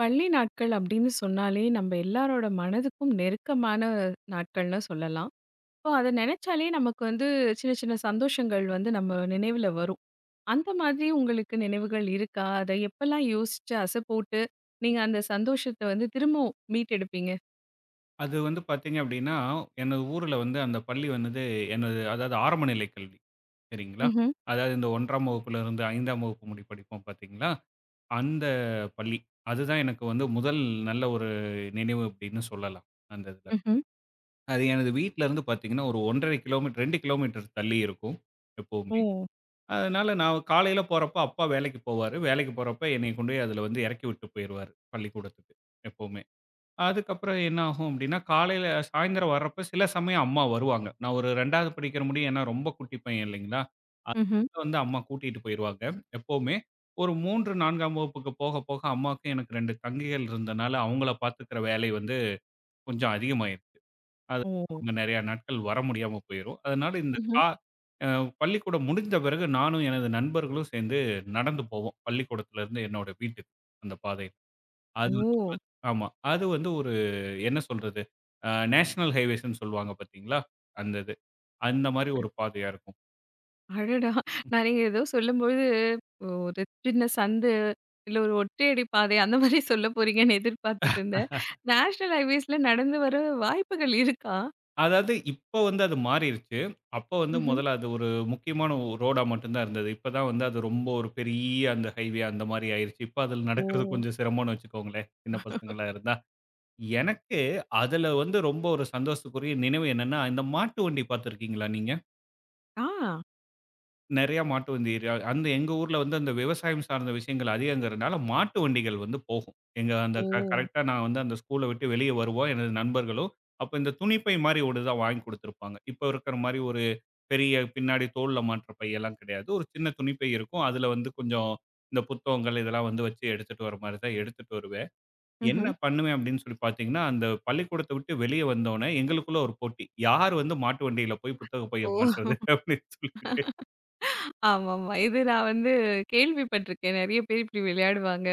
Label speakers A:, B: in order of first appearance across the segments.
A: பள்ளி நாட்கள் அப்படின்னு சொன்னாலே நம்ம எல்லாரோட மனதுக்கும் நெருக்கமான நாட்கள்னு சொல்லலாம். இப்போ அத நினைச்சாலே நமக்கு வந்து சின்ன சின்ன சந்தோஷங்கள் வந்து நம்ம நினைவுல வரும். அந்த மாதிரி உங்களுக்கு நினைவுகள் இருக்கா? அத எப்பலாம் யோசிச்சு அசை போட்டு நீங்க அந்த சந்தோஷத்த வந்து திரும்பவும் மீட்டெடுப்பீங்க?
B: அது வந்து பார்த்தீங்க அப்படின்னா, எனது ஊர்ல வந்து அந்த பள்ளி வந்தது எனது அதாவது ஆரம்ப நிலை கல்வி. சரிங்களா?
A: ம்ஹ்ம்.
B: அதாவது இந்த 1ஆம் வகுப்புலருந்து 5ஆம் வகுப்பு முடி படிப்போம் பார்த்தீங்களா? அந்த பள்ளி. அதுதான் எனக்கு வந்து முதல் நல்ல ஒரு நினைவு அப்படின்னு சொல்லலாம். அந்த இதுல.
A: ம்ஹ்ம்.
B: அது எனது வீட்லருந்து பார்த்தீங்கன்னா, ஒரு 1 1/2 கிலோமீட்டர் 2 கிலோமீட்டர் தள்ளி இருக்கும் எப்பவுமே.
A: ஓ!
B: அதனால நான் காலையில போறப்ப அப்பா வேலைக்கு போவாரு. வேலைக்கு போறப்ப என்னைய கொண்டு போய் அதுல வந்து இறக்கி விட்டு போயிருவாரு பள்ளிக்கூடத்துக்கு எப்பவுமே. அதுக்கப்புறம் என்ன ஆகும் அப்படின்னா, காலையில சாயந்தரம் வர்றப்ப சில சமயம் அம்மா வருவாங்க. நான் ஒரு 2வது படிக்கிற முடியும் ஏன்னா ரொம்ப குட்டி பையன் இல்லைங்களா?
A: ம்ஹ்ம்.
B: அதனால வந்து அம்மா கூட்டிட்டு போயிருவாங்க. எப்பவுமே ஒரு 3, 4ஆம் வகுப்புக்கு போக போக அம்மாவுக்கு எனக்கு 2 தங்கைகள் இருந்தனால, அவங்கள பார்த்துக்கிற வேலை வந்து கொஞ்சம் அதிகமாயிருச்சு. அது
A: ஓ!
B: அவங்க நெறைய நாட்கள் வர முடியாம போயிரும். அதனால இந்த
A: ம்ஹ்ம்.
B: கா அ பள்ளிக்கூடம் முடிஞ்ச பிறகு நானும் எனது நண்பர்களும் சேர்ந்து நடந்து போவோம். பள்ளிக்கூடத்திலிருந்து என்னோட வீட்டுக்கு அந்த பாதை. அது
A: ஓ!
B: ஆமா. அது வந்து ஒரு என்ன சொல்றது? நேஷனல் ஹைவேஸ்ன்னு சொல்லுவாங்க பார்த்தீங்களா? அந்த இது. அந்த மாரி ஒரு பாதையா இருக்கும்.
A: அடடா! நான் நீங்க ஏதோ சொல்லும்போது, ஒரு சின்ன சந்து, இல்ல ஒரு ஒற்றையடி பாதை அந்த மாரி சொல்ல போறீங்கன்னு எதிர்பார்த்துட்டு இருந்தேன். நேஷனல் ஹைவேஸ்ல நடந்து வர வாய்ப்புகள் இருக்கா?
B: அதாவது இப்ப வந்து அது மாறிருச்சு. அப்ப வந்து
A: ம்ஹ்ம்.
B: முதல்ல அது ஒரு முக்கியமான ரோடா மட்டும் தான் இருந்தது. இப்ப தான் வந்து அது ரொம்ப ஒரு பெரிய அந்த ஹைவே அந்த மாரி ஆயிருச்சு. இப்ப அதுல
A: ஓ!
B: நடக்கிறது கொஞ்சம் சிரமம்னு வச்சுக்கோங்களேன், சின்ன பசங்களா இருந்தா. எனக்கு அதுல வந்து ரொம்ப ஒரு சந்தோஷத்துக்குரிய நினைவு என்னன்னா, இந்த மாட்டு வண்டி பார்த்திருக்கீங்களா நீங்க?
A: ஆ!
B: நெறையா மாட்டு வண்டி அந்த எங்க ஊர்ல வந்து அந்த விவசாயம் சார்ந்த விஷயங்கள் அதிகங்கிறனால, மாட்டு வண்டிகள் வந்து போகும். எங்க அந்த
A: ஓ!
B: கரெக்ட்டா நான் வந்து அந்த ஸ்கூல விட்டு வெளிய வருவோம். எனது நண்பர்களோ, அப்ப இந்த துணிப்பை மாரி ஒன்னு தான் வாங்கி குடுத்துருப்பாங்க. இப்ப இருக்கிற மாரி ஒரு பெரிய பின்னாடி தோள்ல மாட்டுற பையெல்லாம் கிடையாது. ஒரு சின்ன துணிப்பை இருக்கும். அதுல வந்து கொஞ்சம் இந்த புத்தகங்கள் இதெல்லாம் வந்து வச்சு எடுத்துட்டு வர மாரி தான் எடுத்துட்டு வருவேன். என்ன
A: ம்ஹ்ம்.
B: பண்ணுவேன் அப்படின்னு சொல்லி பார்த்தீங்கன்னா, அந்த பள்ளிக்கூடத்த விட்டு வெளிய வந்தோனே எங்களுக்குள்ள ஒரு போட்டி. யார் வந்து மாட்டு வண்டியில போய் புத்தக பைய
A: ஓ!
B: மாட்டுறது அப்படின்னு சொல்லிட்டு.
A: ஆமாமா. இது நான் வந்து கேள்விப்பட்டிருக்கேன். நெறைய பேர் இப்படி விளையாடுவாங்க.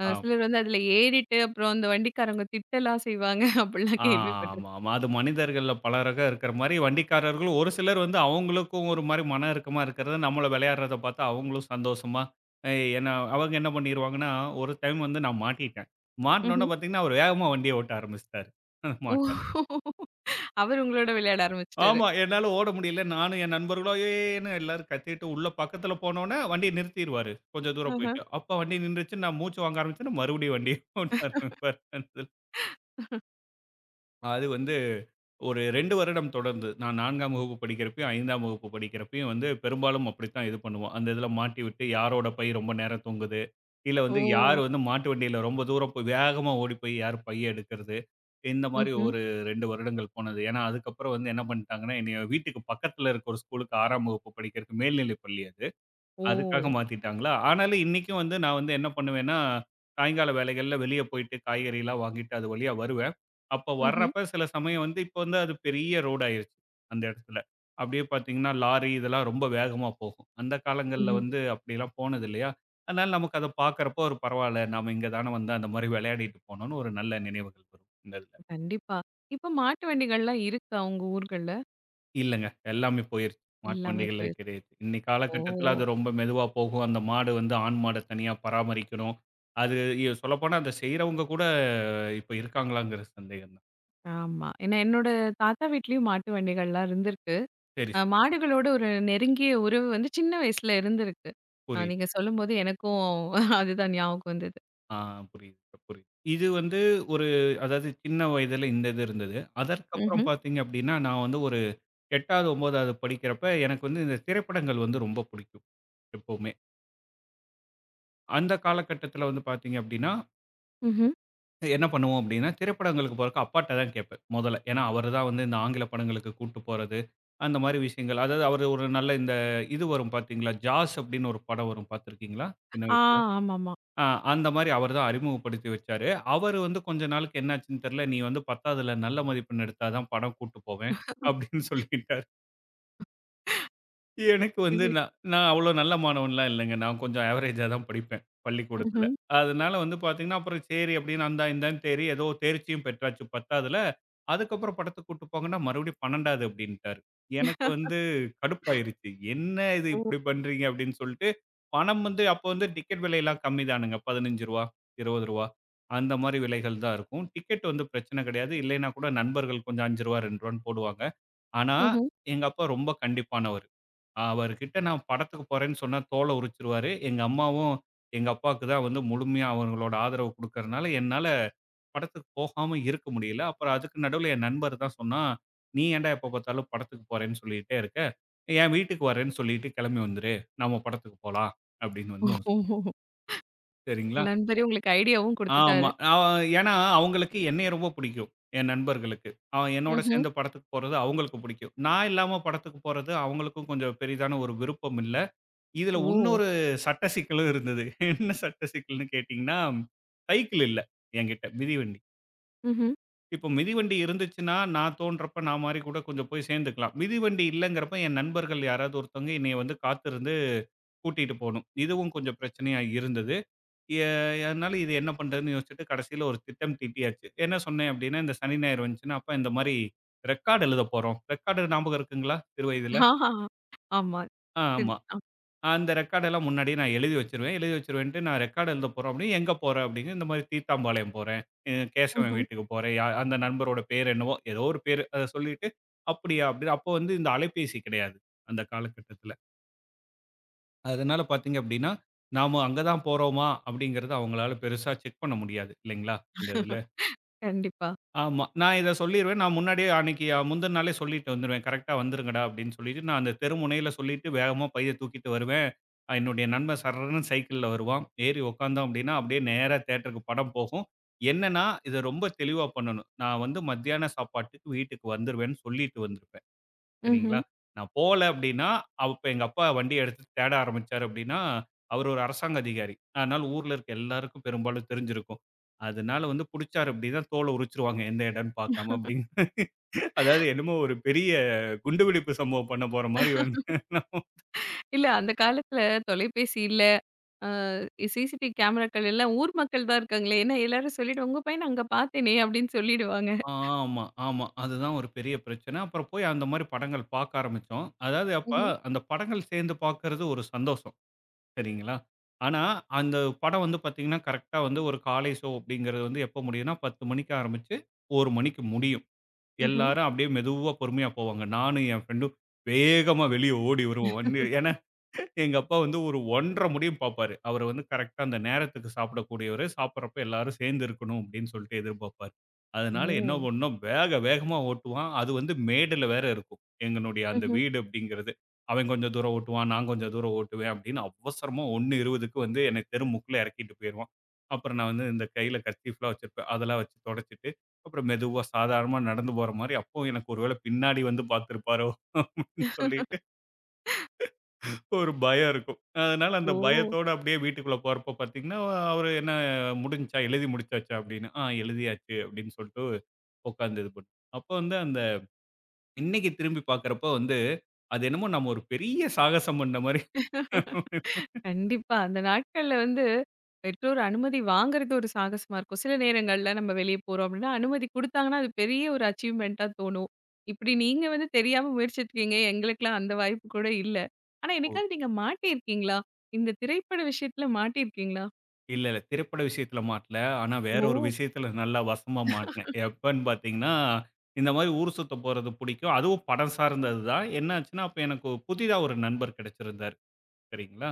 B: ஆமா.
A: சிலர் வந்து அதில ஏறிட்டு, அப்புறம் அந்த வண்டிக்காரவங்க திட்டலாம் செய்வாங்க. அப்படிலாம்
B: ஆ, ஆமா,
A: கேள்விப்பட்டிருக்கேன்.
B: ஆமா. அது மனிதர்கள்ல பல ரகம் இருக்கிற மாரி, வண்டிக்காரர்களும் ஒரு சிலர் வந்து அவங்களுக்கும் ஒரு மாரி மன இறுக்கமா இருக்கிறது, நம்மள விளையாடுறத பாத்து அவங்களும் சந்தோஷமா, அ என்ன அவங்க என்ன பண்ணிருவாங்கன்னா, ஒரு டைம் வந்து நான் மாட்டிட்டேன். மாட்னோனே
A: ம்ஹ்ம்.
B: பாத்தீங்கன்னா, அவரு வேகமா வண்டிய ஓட்ட ஆரம்பிச்சுட்டாரு.
A: ஓ!
B: மாட்ட.
A: அவர் உங்களோட விளையாட ஆரம்பிச்சுட்டாரு.
B: ஆமா, என்னால ஓட முடியல. நானும் என் நண்பர்களும் "ஏய்ன்னு" எல்லாரும் கத்திட்டு உள்ள பக்கத்துல போனோனே வண்டிய நிறுத்திருவாரு. கொஞ்சம் தூரம்
A: ஆஹ.
B: போயிட்டு. அப்ப வண்டி நின்னுச்சு, நான் மூச்சு வாங்க ஆரம்பிச்சேன்னா மறுபடியும் வண்டிய ஓட்ட ஆரம்பிப்பாரு. அது வந்து ஒரு 2 வருடம் தொடர்ந்து. நான் 4ஆம் வகுப்பு படிக்கிறப்பயும், 5ஆம் வகுப்பு படிக்கிறப்பயும் வந்து பெரும்பாலும் அப்படித்தான் இது பண்ணுவோம். அந்த இதில மாட்டி விட்டு யாரோட பை ரொம்ப நேரம் தொங்குது, இல்ல வந்து யார்
A: ஓ!
B: வந்து மாட்டு வண்டியில ரொம்ப தூரம் போய் வேகமா ஓடி போய் யார் பைய எடுக்கிறது, இந்த மாரி
A: ம்ஹ்ம்.
B: ஒரு 2 வருடங்கள் போனது. ஏன்னா, அதுக்கப்புறம் வந்து என்ன பண்ணிட்டாங்கன்னா, என்னைய வீட்டுக்கு பக்கத்தில இருக்க ஒரு ஸ்கூலுக்கு 6ஆம் வகுப்பு படிக்கிறதுக்கு மேல்நிலைப் பள்ளி அது. அதுக்காக
A: ஓ!
B: மாத்திட்டாங்களா? ஆனாலும் இன்னைக்கும் வந்து நான் வந்து என்ன பண்ணுவேன்னா, சாயங்கால வேலைகள்ல வெளிய போயிட்டு காய்கறிலாம் வாங்கிட்டு அது வழியா வருவேன். அப்ப
A: ம்ஹ்ம்.
B: வர்றப்ப சில சமயம் வந்து இப்ப வந்து அது பெரிய ரோடு ஆயிருச்சு அந்த இடத்துல. அப்படியே பார்த்தீங்கன்னா, லாரி இதெல்லாம் ரொம்ப வேகமா போகும். அந்த காலங்கள்ல
A: ம்ஹ்ம்.
B: வந்து அப்படிலாம் போனது இல்லையா? அதனால நமக்கு அத பார்க்கறப்போ ஒரு பரவால்ல. நாம இங்க தான வந்து அந்த மாரி விளையாடிட்டு போனோம்னு ஒரு நல்ல நினைவுகள் வரும். இந்த இதுல.
A: கண்டிப்பா. இப்ப மாட்டு வண்டிகள்லாம் இருக்கா உங்க ஊர்கள்ல?
B: இல்லங்க. எல்லாமே போயிருச்சு. மாட்டு
A: எல்லாமே
B: வண்டிகள்ல
A: போயிருச்சு.
B: கிடையாது. இன்னைக்கு
A: ஓ!
B: காலகட்டத்தில அது ரொம்ப மெதுவா போகும். அந்த மாடு வந்து ஆண் மாட தனியா பராமரிக்கணும். அது சொல்லப்போனா அத செய்றவங்க கூட இப்ப இருக்காங்களாங்கிற சந்தேகம் தான்.
A: ஆமா. ஏன்னா என்னோட தாத்தா வீட்லயும் மாட்டு வண்டிகள்லாம் இருந்திருக்கு.
B: சரி, சரி.
A: மாடுகளோட ஒரு நெருங்கிய உறவு வந்து சின்ன வயசுல இருந்திருக்கு.
B: புரியுது.
A: நீங்க சொல்லும்போது எனக்கும் அதுதான் ஞாபகம் வந்தது.
B: ஆ புரியுது, புரியுது. இது வந்து ஒரு அதாவது சின்ன வயதில இந்த இது இருந்தது. அதற்கப்புறம்
A: ம்ஹ்ம்.
B: பார்த்தீங்க அப்டின்னா, நான் வந்து ஒரு 8வது, 9வது படிக்கிறப்ப எனக்கு வந்து இந்த திரைப்படங்கள் வந்து ரொம்ப புடிக்கும் எப்பவுமே. அந்த காலகட்டத்தில வந்து பார்த்தீங்க அப்டின்னா
A: ம்ஹ்ம்.
B: என்ன பண்ணுவோம் அப்படின்னா, திரைப்படங்களுக்கு போறக்கு அப்பாட்ட தான் கேட்பேன் மொதல்ல. ஏன்னா, அவரு தான் வந்து இந்த ஆங்கில படங்களுக்கு கூட்டு போறது, அந்த மாரி விஷயங்கள். அதாவது அவரு ஒரு நல்ல இந்த இது வரும் பார்த்தீங்களா, ஜாஸ் அப்படின்னு ஒரு படம் வரும் பார்த்துருக்கீங்களா? சின்ன
A: ஆ
B: வயசுல.
A: ஆமாமா.
B: ஆ அந்த மாரி அவரு தான் அறிமுகப்படுத்தி வச்சாரு. அவரு வந்து கொஞ்ச நாளுக்கு என்னாச்சுன்னு தெரியல, "நீ வந்து 10வதுல நல்ல மதிப்பெண் எடுத்தா தான் படம் கூட்டு போவேன்" அப்படின்னு சொல்லிட்டாரு. எனக்கு வந்து
A: இது
B: நான் நான் அவ்வளோ நல்ல மாணவன்லாம் இல்லைங்க. நான் கொஞ்சம் ஆவரேஜா தான் படிப்பேன் பள்ளிக்கூடத்தில.
A: ம்ஹ்ம்.
B: அதனால வந்து பார்த்தீங்கன்னா, அப்புறம் சரி அப்படின்னு அந்தா இந்தான்னு தேறி ஏதோ தேர்ச்சியும் பெற்றாச்சு 10வதுல. அதுக்கப்புறம் படத்துக்கு கூட்டு போங்கன்னா, மறுபடியும் 12வது அப்படின்ட்டாரு. எனக்கு வந்து கடுப்பாயிருச்சு. என்ன இது
A: ஓ!
B: இப்படி பண்றீங்க அப்படின்னு சொல்லிட்டு, பணம் வந்து அப்போ வந்து டிக்கெட் விலையெல்லாம் கம்மி தானுங்க. ரூ. 15 ரூ. 20 அந்த மாரி விலைகள் தான் இருக்கும். டிக்கெட் வந்து பிரச்சனை கிடையாது. இல்லைன்னா கூட நண்பர்கள் கொஞ்சம் ரூ. 5 ரூ. 2ன்னு போடுவாங்க. ஆனா,
A: ம்ஹ்ம்.
B: எங்க அப்பா ரொம்ப கண்டிப்பானவரு. அவர்கிட்ட நான் படத்துக்கு போறேன்னு சொன்னா தோலை உரிச்சுருவாரு. எங்க அம்மாவும், எங்க அப்பாவுக்கு தான் வந்து முழுமையா அவங்களோட ஆதரவு குடுக்கறனால, என்னால படத்துக்கு போகாம இருக்க முடியல. அப்புறம் அதுக்கு நடுவுல என் நண்பர் தான் சொன்னான், "நீ ஏன்டா எப்ப பார்த்தாலும் படத்துக்கு போறேன்னு சொல்லிட்டே இருக்க. என் வீட்டுக்கு வரேன்னு சொல்லிட்டு கிளம்பி வந்துரு. நம்ம படத்துக்கு போலாம்." அப்படின்னு வந்து அவன்
A: ஓ!
B: சொன்னான். சரிங்களா.
A: நண்பரே உங்களுக்கு ஐடியாவும்
B: ஆமா.
A: குடுத்துட்டாரு.
B: ஏன்னா அவங்களுக்கு என்னைய ரொம்ப பிடிக்கும். என் நண்பர்களுக்கு. அவன் என்னோட
A: ம்ஹ்ம்.
B: சேர்ந்து படத்துக்கு போறது அவங்களுக்கு பிடிக்கும். நான் இல்லாம படத்துக்கு போறது அவங்களுக்கும் கொஞ்சம் பெரிதான ஒரு விருப்பம் இல்ல. இதுல
A: ஓ!
B: உன்னொரு சட்ட சிக்கலும் இருந்தது. என்ன சட்ட சிக்கல்ன்னு கேட்டீங்கன்னா, சைக்கிள் இல்ல என்கிட்ட மிதிவண்டி.
A: ம்ஹ்ம்.
B: இப்போ மிதிவண்டி இருந்துச்சுன்னா, நான் தோன்றப்ப நான் மாரி கூட கொஞ்சம் போய் சேர்ந்துக்கலாம். மிதிவண்டி இல்லங்கிறப்ப என் நண்பர்கள் யாராவது ஒருத்தவங்க என்னைய வந்து காத்திருந்து கூட்டிட்டு போணும். இதுவும் கொஞ்சம் பிரச்சனையா இருந்தது. எ அதனால இது என்ன பண்றதுன்னு யோசிச்சுட்டு கடைசியில ஒரு திட்டம் தீட்டியாச்சு. என்ன சொன்னேன் அப்டின்னா, இந்த சனி, ஞாயிறு வந்துச்சுன்னா, அப்ப இந்த மாரி ரெக்கார்ட் எழுத போறோம். ரெக்கார்டு ஞாபகம் இருக்குங்களா? சிறு வயதுல.
A: ஆஹா. ஆமா.
B: ஆ
A: சரி.
B: ஆமா. அந்த ரெக்கார்டெல்லாம் முன்னாடியே நான் எழுதி வச்சுருவேன். எழுதி வச்சுருவேன்ட்டு நான் ரெக்கார்ட் எழுத போறோம் அப்டின்னு, எங்க போறேன் அப்டின்னு, இந்த மாரி தீத்தாம்பாளையம் போறேன். கேசவன்
A: ம்ஹ்ம்.
B: வீட்டுக்கு போறேன். அந்த நண்பரோட பேர் என்னவோ, ஏதோ ஒரு பேரு. அத சொல்லிட்டு, "அப்படியா?" அப்படின்னு அப்போ வந்து இந்த அலைபேசி கிடையாது, அந்த காலகட்டத்தில. அதனால பார்த்தீங்க அப்டின்னா, நாம அங்க தான் போறோமா அப்படிங்கிறது அவங்களால பெருசா செக் பண்ண முடியாது இல்லைங்களா? இந்த இதுல.
A: கண்டிப்பா.
B: ஆமா. நான் இத சொல்லிருவேன். நான் முன்னாடியே அன்னைக்கு முந்தின நாளே சொல்லிட்டு வந்துருவேன். கரெக்ட்டா வந்துருங்கடா அப்படின்னு சொல்லிட்டு, நான் அந்த தெரு முனையில சொல்லிட்டு வேகமா பைய தூக்கிட்டு வருவேன். என்னுடைய நண்பன் சர்ருன்னு சைக்கிள்ல வருவான். ஏறி உட்காந்தோம் அப்படின்னா, அப்படியே நேரா தியேட்டருக்கு படம் போகும். என்னன்னா, இத ரொம்ப தெளிவா பண்ணணும். நான் வந்து மத்தியான சாப்பாட்டுக்கு வீட்டுக்கு வந்துருவேன்னு சொல்லிட்டு வந்துருப்பேன். சரிங்களா?
A: ம்ஹ்ம்.
B: நான் போல அப்டின்னா, அப்ப எங்க அப்பா வண்டிய எடுத்து தேட ஆரம்பிச்சாரு அப்டின்னா, அவரு ஒரு அரசாங்க அதிகாரி. அதனால ஊர்ல இருக்க எல்லாருக்கும் பெரும்பாலும் தெரிஞ்சிருக்கும். அதனால வந்து புடிச்சாரு அப்டின்னா, தோல உரிச்சுருவாங்க எந்த இடம்ன்னு பார்க்காம அப்டின்னு. அதாவது என்னமோ ஒரு பெரிய குண்டு வெடிப்பு சம்பவம் பண்ண போற மாரி வந்து
A: இல்ல அந்த காலத்துல தொலைபேசி இல்ல. அ சிசிடி கேமராக்கள் எல்லாம் ஊர் மக்கள் தான் இருக்காங்களே! ஏன்னா எல்லாரும் சொல்லிட்டு உங்க பையன அங்க பார்த்தேனே! அப்டின்னு சொல்லிடுவாங்க.
B: ஆமா, ஆமா. அதுதான் ஒரு பெரிய பிரச்சனை. அப்புறம் போய் அந்த மாரி படங்கள் பார்க்க ஆரம்பிச்சோம். அதாவது அப்ப
A: ம்ஹ்ம்.
B: அந்த படங்கள் சேர்ந்து பார்க்கறது ஒரு சந்தோஷம். சரிங்களா? ஆனா, அந்த படம் வந்து பார்த்தீங்கன்னா, கரெக்ட்டா வந்து ஒரு காலை ஷோ அப்படிங்கிறது வந்து எப்ப முடியும்னா, 10:00 மணிக்கு ஆரம்பிச்சு 1:00 மணிக்கு முடியும்.
A: ம்ஹ்ம்.
B: எல்லாரும் அப்படியே மெதுவா பொறுமையா போவாங்க. நானும் என் ஃப்ரெண்டும் வேகமா வெளிய ஓடி வருவோம். வந்து ஏன்னா, எங்க அப்பா வந்து ஒரு 1:30 முடியும் பார்ப்பாரு. அவரு வந்து கரெக்ட்டா அந்த நேரத்துக்கு சாப்பிடக்கூடியவரு. சாப்பிடுறப்ப எல்லாரும் சேர்ந்து இருக்கணும் அப்படின்னு சொல்லிட்டு எதிர்பார்ப்பாரு. அதனால என்ன
A: ஓ!
B: பண்ணோம், வேக வேகமா ஓட்டுவான். அது வந்து மேடுல வேற இருக்கும். எங்களுடைய அந்த
A: ம்ஹ்ம்.
B: வீடு அப்படிங்கிறது. அவன் கொஞ்சம் தூரம் ஓட்டுவான். நான் கொஞ்சம் தூரம் ஓட்டுவேன் அப்படின்னு அவசரமா 1:20க்கு வந்து என்னை தெரு முக்குல இறக்கிட்டு போயிருவான். அப்புறம் நான் வந்து இந்த கையில கர்ச்சீஃப்லாம் வச்சிருப்பேன். அதெல்லாம் வச்சு தொடச்சிட்டு அப்புறம் மெதுவா சாதாரணமா நடந்து போற மாரி, அப்பவும் எனக்கு ஒரு வேளை பின்னாடி வந்து பார்த்திருப்பாரோ! அப்படின்னு சொல்லிட்டு ஒரு பயம் இருக்கும். அதனால அந்த
A: ஓ!
B: பயத்தோட அப்படியே வீட்டுக்குள்ள போறப்ப பார்த்தீங்கன்னா, அவரு என்ன "முடிஞ்சுச்சா? எழுதி முடிச்சாச்சா?" அப்படின்னு. "ஆ எழுதியாச்சு" அப்படின்னு சொல்லிட்டு உட்காந்து இது பண்ணோம். அப்ப வந்து அந்த இன்னைக்கு திரும்பி பார்க்கிறப்போ வந்து, அது என்னமோ நம்ம ஒரு பெரிய சாகசம் பண்ண மாரி
A: கண்டிப்பா. அந்த நாட்கள்ல வந்து பெற்றோர் அனுமதி வாங்குறது ஒரு சாகசமா இருக்கும். சில நேரங்கள்ல நம்ம வெளிய போறோம் அப்டின்னா, அனுமதி குடுத்தாங்கன்னா, அது பெரிய ஒரு அச்சீவ்மென்ட்டா தோணும். இப்டி நீங்க வந்து தெரியாம முயற்சிச்சிருக்கீங்க. எங்களுக்கெல்லாம் அந்த வாய்ப்பு கூட இல்ல. ஆனா,
B: ஓ!
A: என்னைக்காவது நீங்க மாட்டியிருக்கீங்களா? இந்த திரைப்பட விஷயத்துல மாட்டியிருக்கீங்களா?
B: இல்ல, இல்ல. திரைப்பட விஷயத்துல மாட்டல. ஆனா வேற
A: ஓ!
B: ஒரு விஷயத்துல நல்லா வசமா மாட்டினேன். எப்பன்னு பார்த்தீங்கன்னா, இந்த மாரி ஊர் சுத்த போறது புடிக்கும். அதுவும் படம் சார்ந்தது தான். என்ன ஆச்சுன்னா, அப்ப எனக்கு புதிதா ஒரு நண்பர் கிடைச்சிருந்தாரு. சரிங்களா?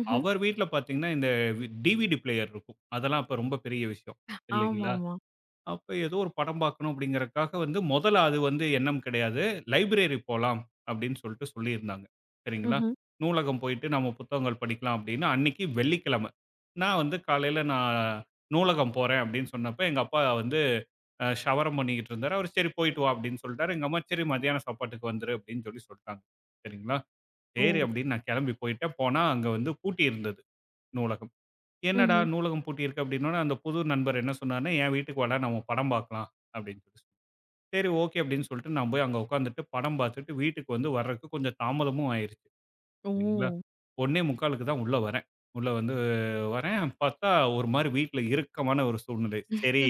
A: ம்ஹ்ம்.
B: அவர் வீட்ல பார்த்தீங்கன்னா, இந்த வி டிவிடி பிளேயர் இருக்கும். அதெல்லாம் அப்ப ரொம்ப பெரிய விஷயம். இல்லைங்களா?
A: ஆமாமா.
B: அப்ப ஏதோ ஒரு படம் பார்க்கணும் அப்படிங்கிறதுக்காக வந்து முதல்ல அது வந்து எண்ணம் கிடையாது. லைப்ரரி போலாம் அப்படின்னு சொல்லிட்டு சொல்லியிருந்தாங்க. சரிங்களா?
A: ம்ஹ்ம்.
B: நூலகம் போயிட்டு நம்ம புத்தகங்கள் படிக்கலாம் அப்படின்னு அன்னைக்கு வெள்ளிக்கிழமை. நான் வந்து காலையில நான் நூலகம் போறேன் அப்படின்னு சொன்னப்ப எங்க அப்பா வந்து ஷவரம் பண்ணிக்கிட்டு இருந்தாரு. அவரு சரி போயிட்டு வா அப்படின்னு சொல்லிட்டாரு. எங்க அம்மா சரி மதியான சாப்பாட்டுக்கு வந்துரு அப்படின்னு சொல்லி சொல்லிட்டாங்க. சரிங்களா? சரி
A: ஓ!
B: அப்படின்னு நான் கிளம்பி போயிட்டேன். போனா அங்க வந்து பூட்டி இருந்தது நூலகம். என்னடா
A: ம்ஹ்ம்.
B: நூலகம் பூட்டியிருக்கு அப்படின்னோனே, அந்த புது நண்பர் என்ன சொன்னார்ன்னா, "என் வீட்டுக்கு வாடா நம்ம படம் பார்க்கலாம்" அப்படின்னு சொல்லி. சொன்னாரு. சரி ஓகே அப்படின்னு சொல்லிட்டு நான் போய் அங்க உட்காந்துட்டு படம் பார்த்துட்டு வீட்டுக்கு வந்து வர்றதுக்கு கொஞ்சம் தாமதமும் ஆயிருச்சு. சரிங்களா,
A: ஓ!
B: 1:45க்கு தான் உள்ள வரேன். உள்ள வந்து வரேன் பார்த்தா ஒரு மாரி வீட்ல இறுக்கமான ஒரு சூழ்நிலை. சரி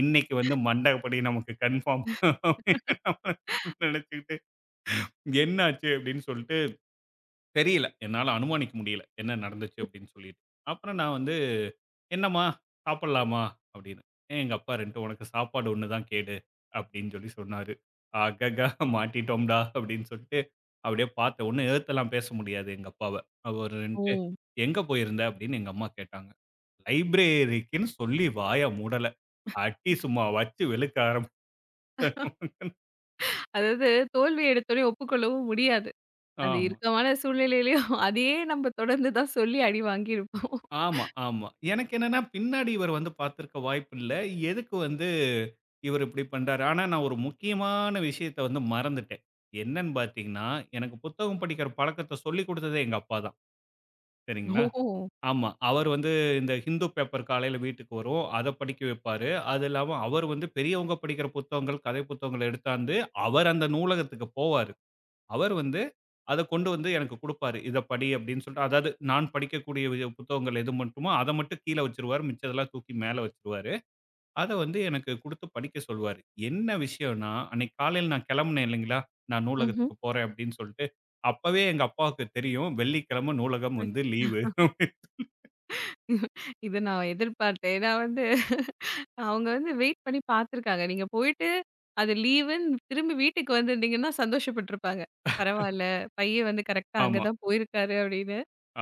B: இன்னைக்கு வந்து மண்டபடி நமக்கு கன்ஃபார்ம்
A: ஓ!
B: நினைச்சுக்கிட்டு என்னாச்சு அப்படின்னு சொல்லிட்டு தெரியல. என்னால அனுமானிக்க முடியல என்ன நடந்துச்சு அப்படின்னு சொல்லிட்டு. அப்புறம் நான் வந்து என்னம்மா சாப்பிடலாமா? அப்படின்னு. "ஏன் எங்க அப்பா 2 உனக்கு சாப்பாடு 1 தான் கேடு அப்படின்னு சொல்லி சொன்னாரு. அககா மாட்டிட்டோம்டா அப்படின்னு சொல்லிட்டு அப்படியே பார்த்தேன். ஒண்ணும் எதிர்த்தெல்லாம் பேச முடியாது எங்க அப்பாவ. அவரு வந்துட்டு எங்க போயிருந்த அப்படின்னு எங்க அம்மா கேட்டாங்க. லைப்ரரிக்குன்னு சொல்லி வாய மூடல. அடி சும்மா வச்சு வெளுக்க ஆரம்பிச்சாரு.
A: அதாவது தோல்வி எடுத்தோனே ஒப்புக்கொள்ளவும் முடியாது. அது
B: ஆமா.
A: இறுக்கமான சூழ்நிலையிலயும் அதையே நம்ம தொடர்ந்து தான் சொல்லி அடி வாங்கியிருப்போம்.
B: ஆமா, ஆமா. எனக்கு என்னன்னா, பின்னாடி இவர் வந்து பார்த்திருக்க வாய்ப்பில்ல. எதுக்கு வந்து இவர் இப்படி பண்றாரு? ஆனா, நான் ஒரு முக்கியமான விஷயத்த வந்து மறந்துட்டேன். என்னன்னு பார்த்தீங்கன்னா, எனக்கு புத்தகம் படிக்கிற பழக்கத்த சொல்லிக் குடுத்ததே எங்க அப்பா தான். சரிங்களா?
A: ஓஹோ!
B: ஆமா. அவர் வந்து இந்த ஹிந்து பேப்பர் காலையில வீட்டுக்கு வரும். அத படிக்க வைப்பாரு. அது இல்லாம அவர் வந்து பெரியவங்க படிக்கிற புத்தகங்கள், கதை புத்தகங்கள எடுத்தாந்து, அவர் அந்த நூலகத்துக்கு போவாரு. அவர் வந்து அத கொண்டு வந்து எனக்கு குடுப்பாரு. இத படி அப்படின்னு சொல்லிட்டு, அதாவது நான் படிக்கக்கூடிய வி புத்தகங்கள் எது மட்டுமோ, அத மட்டும் கீழ வச்சுருவாரு. மிச்சதெல்லாம் தூக்கி மேல வச்சுருவாரு. அத வந்து எனக்கு குடுத்து படிக்க சொல்லுவாரு. என்ன விஷயம்னா, அன்னைக்கு காலையில நான் கிளம்புனேன் இல்லைங்களா? நான்
A: ம்ஹ்ம்.
B: நூலகத்துக்கு போறேன் அப்படின்னு சொல்லிட்டு, அப்பவே எங்க அப்பாவுக்கு தெரியும். வெள்ளிக்கிழமை நூலகம் வந்து லீவு.
A: இத நான் எதிர்பார்த்தேன். நான் வந்து அவங்க வந்து வெயிட் பண்ணி பார்த்துருக்காங்க. நீங்க போயிட்டு அது லீவுன்னு திரும்பி வீட்டுக்கு வந்திருந்தீங்கன்னா சந்தோஷப்பட்டுருப்பாங்க. பரவால்ல, பையன் வந்து கரெக்ட்டா அங்க
B: ஆமா,
A: தான் போயிருக்காரு அப்படின்னு.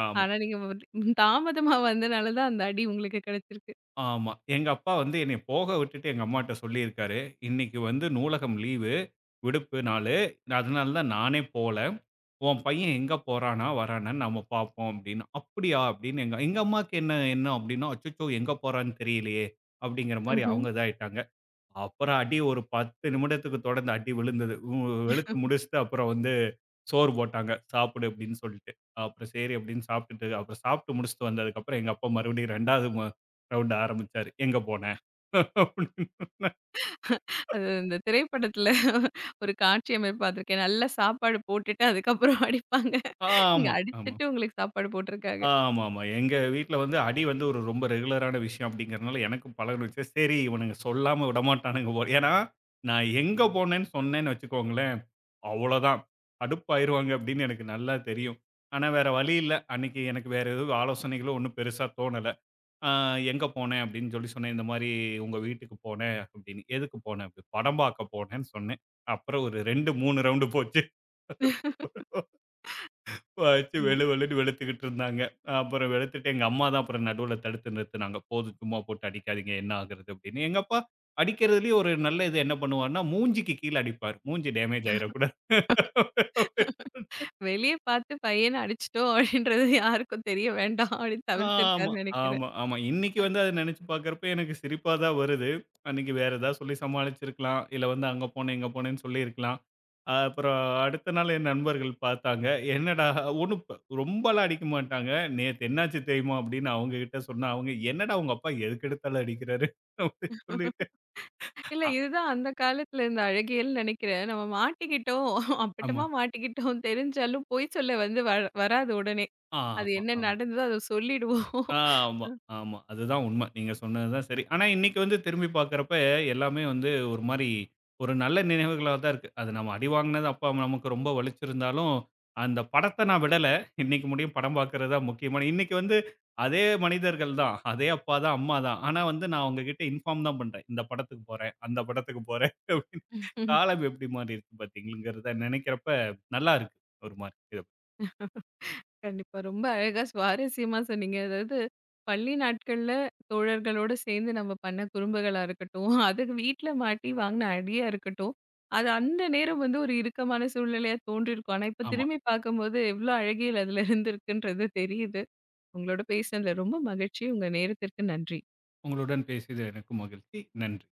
B: ஆமா.
A: ஆனா நீங்க வந்து தாமதமா வந்தனால தான் அந்த அடி உங்களுக்கு கிடைச்சிருக்கு.
B: ஆமா. எங்க அப்பா வந்து என்னைய போக விட்டுட்டு எங்க அம்மாட்ட சொல்லியிருக்காரு. "இன்னைக்கு வந்து நூலகம் லீவு, விடுப்பு நாளு. அதனால தான் நானே போல. உன் பையன் எங்க போறானா, வரானா நாம பார்ப்போம்" அப்படின்னு. "அப்படியா?" அப்படின்னு எங்க எங்க அம்மாவுக்கு என்ன எண்ணம் அப்படின்னா, "அச்சச்சோ! எங்க போறான்னு தெரியலையே!" அப்படிங்கிற மாரி
A: ம்ஹ்ம்.
B: அவங்க இதாயிட்டாங்க. அப்புறம் அடி ஒரு 10 நிமிடத்துக்கு தொடர்ந்து அடி விழுந்தது. வெளுத்து முடிச்சுட்டு அப்புறம் வந்து சோறு போட்டாங்க. சாப்பிடு அப்படின்னு சொல்லிட்டு. அப்புறம் சரி அப்படின்னு சாப்பிட்டுட்டு, அப்புறம் சாப்பிட்டு முடிச்சுட்டு வந்ததுக்கப்புறம் எங்க அப்பா மறுபடியும் 2வது ரவுண்ட் ஆரம்பிச்சாரு. எங்க போன? அப்படின்னு.
A: அது இந்த திரைப்படத்துல ஒரு காட்சி அமைப்பு பார்த்துருக்கேன். நல்லா சாப்பாடு போட்டுட்டு அதுக்கப்புறம் அடிப்பாங்க. இங்க
B: ஆமா, ஆமா.
A: அடிச்சுட்டு உங்களுக்கு சாப்பாடு போட்டுருக்காங்க.
B: ஆமாமா. எங்க வீட்ல வந்து அடி வந்து ஒரு ரொம்ப ரெகுலரான விஷயம் அப்படிங்கிறனால எனக்கும் பழகுனுச்சு. சரி இவனுங்க சொல்லாம விடமாட்டானுங்க போல. ஏன்னா, நான் எங்க போனேன்னு சொன்னேன்னு வச்சுக்கோங்களேன், அவ்வளோதான். கடுப்பாயிருவாங்க அப்படின்னு எனக்கு நல்லா தெரியும். ஆனா வேற வழி இல்ல. அன்னைக்கு எனக்கு வேற எதுவும் ஆலோசனைகளோ ஒண்ணும் பெருசா தோணல. ஆ எங்க போனேன் அப்படின்னு சொல்லி சொன்னேன். இந்த மாரி உங்க வீட்டுக்கு போனேன் அப்படின்னு. எதுக்கு போனேன்? அப்படி படம் பார்க்க போனேன்னு சொன்னேன். அப்புறம் ஒரு 2, 3 ரவுண்டு போச்சு. வச்சு வெளு வெளுன்னு வெளுத்துக்கிட்டு இருந்தாங்க. அப்புறம் வெளுத்துட்டு எங்க அம்மா தான் அப்புறம் நடுவுல தடுத்து நிறுத்துனாங்க. போதும் சும்மா போட்டு அடிக்காதீங்க என்ன ஆகுறது அப்படின்னு. எங்க அப்பா அடிக்கிறதுலயும் ஒரு நல்ல இது என்ன பண்ணுவார்ன்னா, மூஞ்சிக்கு கீழ அடிப்பார். மூஞ்சி டேமேஜ் ஆயிரக்கூடாது.
A: வெளிய பார்த்து பையன அடிச்சுட்டோம் அப்படின்றது யாருக்கும் தெரிய வேண்டாம் அப்படின்னு
B: ஆமா,
A: தவிர்த்திருக்காருன்னு நினைக்கிறேன்.
B: ஆமா, ஆமா. இன்னைக்கு வந்து அத நெனச்சு பாக்குறப்ப எனக்கு சிரிப்பா தான் வருது. அன்னைக்கு வேற ஏதாவது சொல்லி சமாளிச்சிருக்கலாம். இல்ல வந்து அங்க போனேன், இங்க போனேன்னு சொல்லியிருக்கலாம். அப்புறம் அடுத்த நாள் என் நண்பர்கள் பார்த்தாங்க. என்னடா ஒண்ணும் ரொம்பலாம் அடிக்க மாட்டாங்க. "நேத்து என்னாச்சு தெரியுமா?" அப்படின்னு அவங்க கிட்ட சொன்னா, அவங்க "என்னடா உங்க அப்பா எதுக்கெடுத்தாலும் அடிக்கிறாரு" அப்படின்னு சொல்லிட்டு.
A: இல்ல
B: ஆ
A: இதுதான் அந்த காலத்துல இருந்த அழகியல்னு நெனைக்கிறேன். நம்ம மாட்டிக்கிட்டோம்,
B: ஆமா,
A: அப்பட்டமா மாட்டிக்கிட்டோம் தெரிஞ்சாலும் பொய் சொல்ல வந்து வராது உடனே. அது
B: ஆமா,
A: என்ன
B: ஆமா.
A: நடந்ததோ அத சொல்லிடுவோம்.
B: ஆ, ஆமா, ஆமா. அதுதான் உண்ம. நீங்க சொன்னது தான் சரி. ஆனா, இன்னைக்கு வந்து திரும்பி பார்க்கிறப்ப, எல்லாமே வந்து ஒரு மாரி ஒரு நல்ல நினைவுகளா தான் இருக்கு. அது நம்ம அடி வாங்குனது அப்ப நமக்கு ரொம்ப வலிச்சிருந்தாலும், அந்த படத்த நான் விடல. இன்னைக்கு முடியும் படம் பார்க்கிறது தான் முக்கியமான இன்னைக்கு வந்து அதே மனிதர்கள் தான். அதே அப்பா தான், அம்மா தான். ஆனா வந்து நான் அவங்ககிட்ட இன்ஃபார்ம் தான் பண்றேன். இந்த படத்துக்கு போறேன், அந்த படத்துக்கு போறேன் அப்படின்னு. காலம் எப்படி மாறி இருக்கு பார்த்தீங்களங்கிறத நினைக்கிறப்ப நல்லா இருக்கு. ஒரு மாரி.
A: கண்டிப்பா. ரொம்ப அழகா சுவாரஸ்யமா சொன்னீங்க. அதாவது பள்ளி நாட்கள்ல தோழர்களோட சேர்ந்து நம்ம பண்ண குறும்புகளா இருக்கட்டும், அதுக்கு வீட்ல மாட்டி வாங்கின அடியா இருக்கட்டும், அது அந்த நேரம் வந்து ஒரு இறுக்கமான சூழ்நிலையா தோன்றியிருக்கும். ஆனா இப்ப
B: ஆமா.
A: திரும்பி பார்க்கும்போது எவ்ளோ அழகியல் அதுல இருந்திருக்குன்றது தெரியுது. உங்களோட பேசினதுல ரொம்ப மகிழ்ச்சி. உங்க நேரத்திற்கு நன்றி.
B: உங்களுடன் பேசியது எனக்கு மகிழ்ச்சி. நன்றி.